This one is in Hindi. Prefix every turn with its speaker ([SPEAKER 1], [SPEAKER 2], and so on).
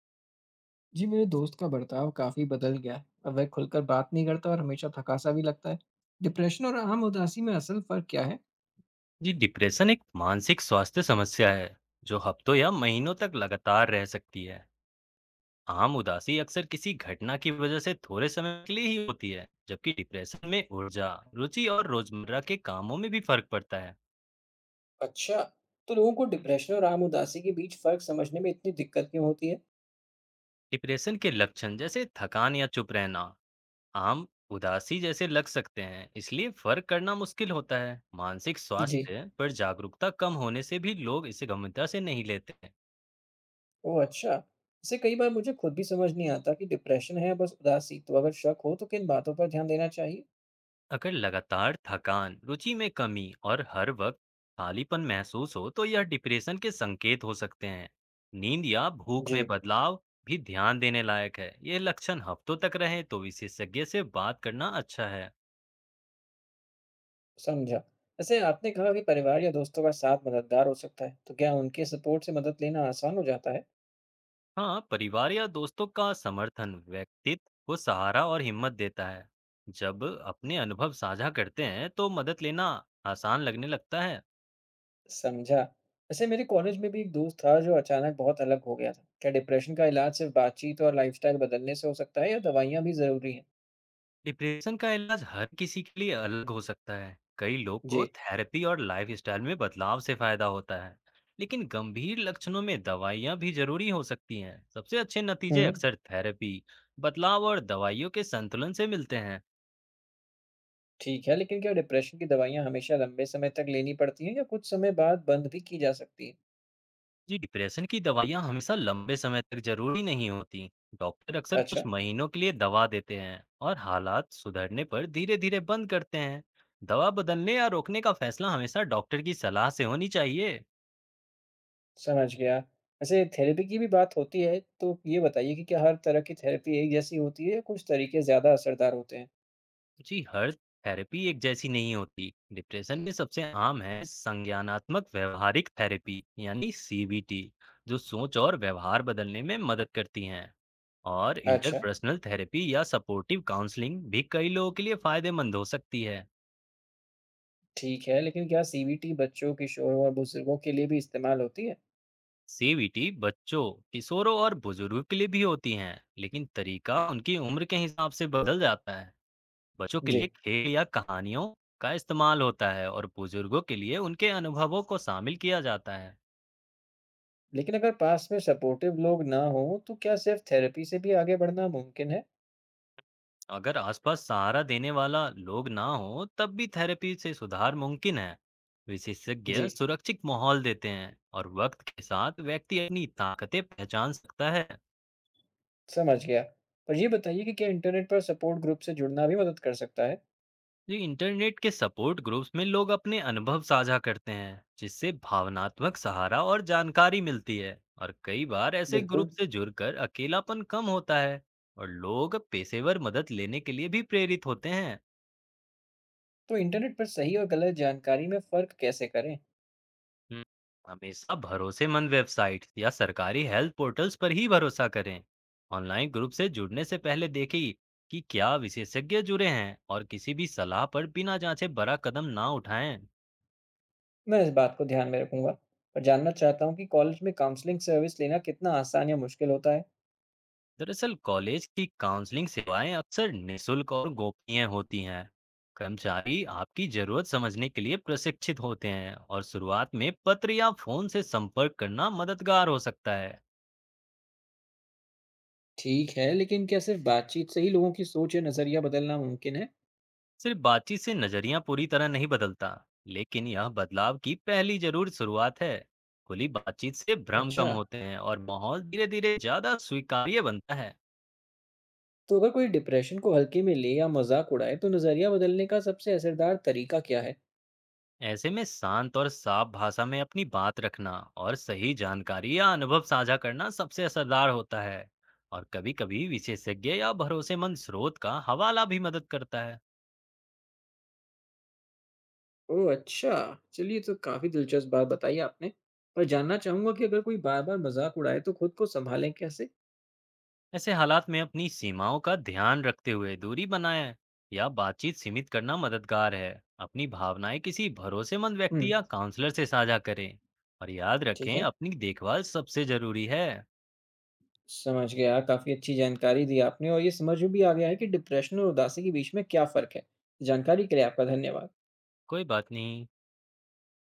[SPEAKER 1] जी, मेरे दोस्त का बर्ताव काफी बदल गया है। अब वह खुलकर बात नहीं करता और हमेशा थका सा भी लगता है। डिप्रेशन और आम उदासी में असल फर्क क्या है?
[SPEAKER 2] जी डिप्रेशन एक मानसिक स्वास्थ्य समस्या है जो हफ्तों या महीनों तक लगातार रह सकती है। आम उदासी अक्सर किसी घटना की वजह से थोड़े समय के लिए ही होती है, जबकि डिप्रेशन में ऊर्जा, रुचि और रोजमर्रा के कामों में भी फर्क पड़ता है।
[SPEAKER 1] अच्छा, तो लोगों को डिप्रेशन और आम उदासी के बीच फर्क समझने में इतनी दिक्कत क्यों होती है?
[SPEAKER 2] डिप्रेशन के लक्षण जैसे थकान या चुप रहना आम उदासी जैसे लग सकते हैं, इसलिए फर्क करना मुश्किल होता है। मानसिक
[SPEAKER 1] जी।
[SPEAKER 2] स्वास्थ्य पर जागरूकता कम होने से भी लोग इसे गंभीरता से नहीं लेते हैं।
[SPEAKER 1] ओह, अच्छा। इसे कई बार मुझे खुद भी समझ नहीं आता कि डिप्रेशन है या बस उदासी। तो अगर शक हो तो किन बातों पर ध्यान देना चाहिए?
[SPEAKER 2] अगर लगातार थकान, रुचि में कमी और हर वक्त खालीपन महसूस हो, तो यह डिप्रेशन के संकेत हो सकते हैं। नींद या भूख में
[SPEAKER 1] जी।
[SPEAKER 2] बदलाव भी ध्यान देने लायक है। ये लक्षण हफ्तों तक रहे तो विशेषज्ञ से बात करना अच्छा है।
[SPEAKER 1] समझा। जैसे आपने कहा कि परिवार या दोस्तों का साथ मददगार हो सकता है, तो क्या उनके सपोर्ट से मदद लेना आसान हो जाता है?
[SPEAKER 2] हाँ, परिवार या दोस्तों का समर्थन व्यक्तित्व को सहारा और हिम्मत देता है। जब अपने अनुभव साझा करते हैं, तो मदद लेना आसान लगने लगता है।
[SPEAKER 1] समझा। वैसे मेरे कॉलेज में भी एक दोस्त था जो अचानक बहुत अलग हो गया था। क्या डिप्रेशन का इलाज सिर्फ बातचीत और लाइफस्टाइल बदलने से हो सकता है या दवाइयाँ भी ज़रूरी हैं?
[SPEAKER 2] डिप्रेशन का इलाज हर किसी के लिए अलग हो सकता है। कई लोग को
[SPEAKER 1] जी।
[SPEAKER 2] थेरेपी और लाइफस्टाइल में बदलाव से फायदा होता है, लेकिन गंभीर लक्षणों में दवाइयां भी जरूरी हो सकती हैं। सबसे अच्छे
[SPEAKER 1] हुँ,
[SPEAKER 2] नतीजे अक्सर थेरेपी, बदलाव और दवाइयों के संतुलन से मिलते हैं।
[SPEAKER 1] ठीक है। लेकिन क्या डिप्रेशन की दवाइयाँ हमेशा लंबे समय तक लेनी पड़ती हैं या कुछ समय बाद बंद भी की जा सकती हैं?
[SPEAKER 2] जी, डिप्रेशन की दवाइयां हमेशा लंबे समय तक जरूरी नहीं होती। डॉक्टर अक्सर कुछ
[SPEAKER 1] अच्छा।
[SPEAKER 2] महीनों के लिए दवा देते हैं और हालात सुधरने पर धीरे धीरे बंद करते हैं। दवा बदलने या रोकने का फैसला हमेशा डॉक्टर की सलाह से होनी चाहिए।
[SPEAKER 1] समझ गया। वैसे थेरेपी की भी बात होती है, तो ये बताइए कि क्या हर तरह की थेरेपी एक जैसी होती है या कुछ तरीके ज़्यादा असरदार होते हैं?
[SPEAKER 2] जी, हर थेरेपी एक जैसी नहीं होती। डिप्रेशन में सबसे आम है संज्ञानात्मक व्यवहारिक थेरेपी, यानी सीबीटी, जो सोच और व्यवहार बदलने में मदद करती हैं। और
[SPEAKER 1] अच्छा,
[SPEAKER 2] इंटरपर्सनल थेरेपी या सपोर्टिव काउंसलिंग भी कई लोगों के लिए फायदेमंद हो सकती है।
[SPEAKER 1] ठीक है। लेकिन क्या सीबीटी बच्चों, किशोरों और बुजुर्गों के लिए भी इस्तेमाल होती है?
[SPEAKER 2] सीबीटी बच्चों, किशोरों और बुजुर्गों के लिए भी होती हैं, लेकिन तरीका उनकी उम्र के हिसाब से बदल जाता है। बच्चों के
[SPEAKER 1] जी।
[SPEAKER 2] लिए खेल या कहानियों का इस्तेमाल होता है और बुजुर्गों के लिए उनके अनुभवों को शामिल किया जाता है।
[SPEAKER 1] लेकिन अगर पास में सपोर्टिव लोग ना हों, तो क्या सिर्फ थेरेपी से भी आगे बढ़ना मुमकिन है?
[SPEAKER 2] अगर आसपास सहारा देने वाला लोग ना हो तब भी थेरेपी से सुधार मुमकिन है। विशेषज्ञ
[SPEAKER 1] जी,
[SPEAKER 2] सुरक्षित माहौल देते हैं और वक्त के साथ व्यक्ति अपनी ताकतें पहचान सकता है।
[SPEAKER 1] समझ गया। और ये बताइए कि क्या इंटरनेट पर सपोर्ट ग्रुप से जुड़ना भी मदद कर सकता है?
[SPEAKER 2] जो इंटरनेट के सपोर्ट ग्रुप्स में लोग अपने अनुभव साझा करते हैं, जिससे भावनात्मक सहारा और जानकारी मिलती है, और कई बार ऐसे ग्रुप
[SPEAKER 1] बिल्कुल।
[SPEAKER 2] से जुड़कर अकेलापन कम होता है और लोग पेशेवर मदद लेने के लिए भी प्रेरित होते हैं।
[SPEAKER 1] तो इंटरनेट पर सही और गलत जानकारी में फ़र्क कैसे करें?
[SPEAKER 2] हम्म, हमेशा भरोसेमंद वेबसाइट्स या सरकारी हेल्थ पोर्टल्स पर ही भरोसा करें। ऑनलाइन ग्रुप से जुड़ने से पहले देखें कि क्या विशेषज्ञ जुड़े हैं, और किसी भी सलाह पर बिना जांचे बड़ा कदम ना उठाएं।
[SPEAKER 1] मैं इस बात को ध्यान में रखूंगा। और जानना चाहता हूँ कि कॉलेज में काउंसलिंग सर्विस लेना कितना आसान या मुश्किल होता है?
[SPEAKER 2] दरअसल कॉलेज की काउंसलिंग सेवाएं अक्सर निशुल्क और गोपनीय होती हैं। कर्मचारी आपकी जरूरत समझने के लिए प्रशिक्षित होते हैं, और शुरुआत में पत्र या फोन से संपर्क करना मददगार हो सकता है।
[SPEAKER 1] ठीक है, लेकिन क्या सिर्फ बातचीत से ही लोगों की सोच या नज़रिया बदलना मुमकिन है?
[SPEAKER 2] सिर्फ बातचीत से नजरिया पूरी तरह नहीं बदलता, लेकिन यह बदलाव की पहली जरूर शुरुआत है। खुली बातचीत से भ्रम कम
[SPEAKER 1] अच्छा।
[SPEAKER 2] होते हैं और माहौल धीरे धीरे ज्यादा स्वीकार्य बनता है।
[SPEAKER 1] तो अगर कोई डिप्रेशन को हल्के में ले या मजाक उड़ाए, तो नजरिया बदलने का सबसे असरदार तरीका क्या है?
[SPEAKER 2] ऐसे में शांत और साफ भाषा में अपनी बात रखना और सही जानकारी या अनुभव साझा करना सबसे असरदार होता है। और कभी कभी विशेषज्ञ या भरोसेमंद स्रोत का हवाला भी मदद करता है।
[SPEAKER 1] ओह, अच्छा। चलिए, ये तो काफी दिलचस्प बात बताई आपने। पर जानना चाहूंगा कि अगर कोई बार बार मजाक उड़ाए, तो खुद को संभालें कैसे?
[SPEAKER 2] ऐसे हालात में अपनी सीमाओं का ध्यान रखते हुए दूरी बनाए या बातचीत सीमित करना मददगार है। अपनी भावनाएं किसी भरोसेमंद व्यक्ति
[SPEAKER 1] हम्म।
[SPEAKER 2] या काउंसलर से साझा करें, और याद
[SPEAKER 1] ठीक
[SPEAKER 2] रखें,
[SPEAKER 1] है,
[SPEAKER 2] अपनी देखभाल सबसे जरूरी है।
[SPEAKER 1] समझ गया। काफी अच्छी जानकारी दी आपने और ये समझ में भी आ गया है कि डिप्रेशन और उदासी के बीच में क्या फर्क है। जानकारी के लिए आपका धन्यवाद।
[SPEAKER 2] कोई बात नहीं।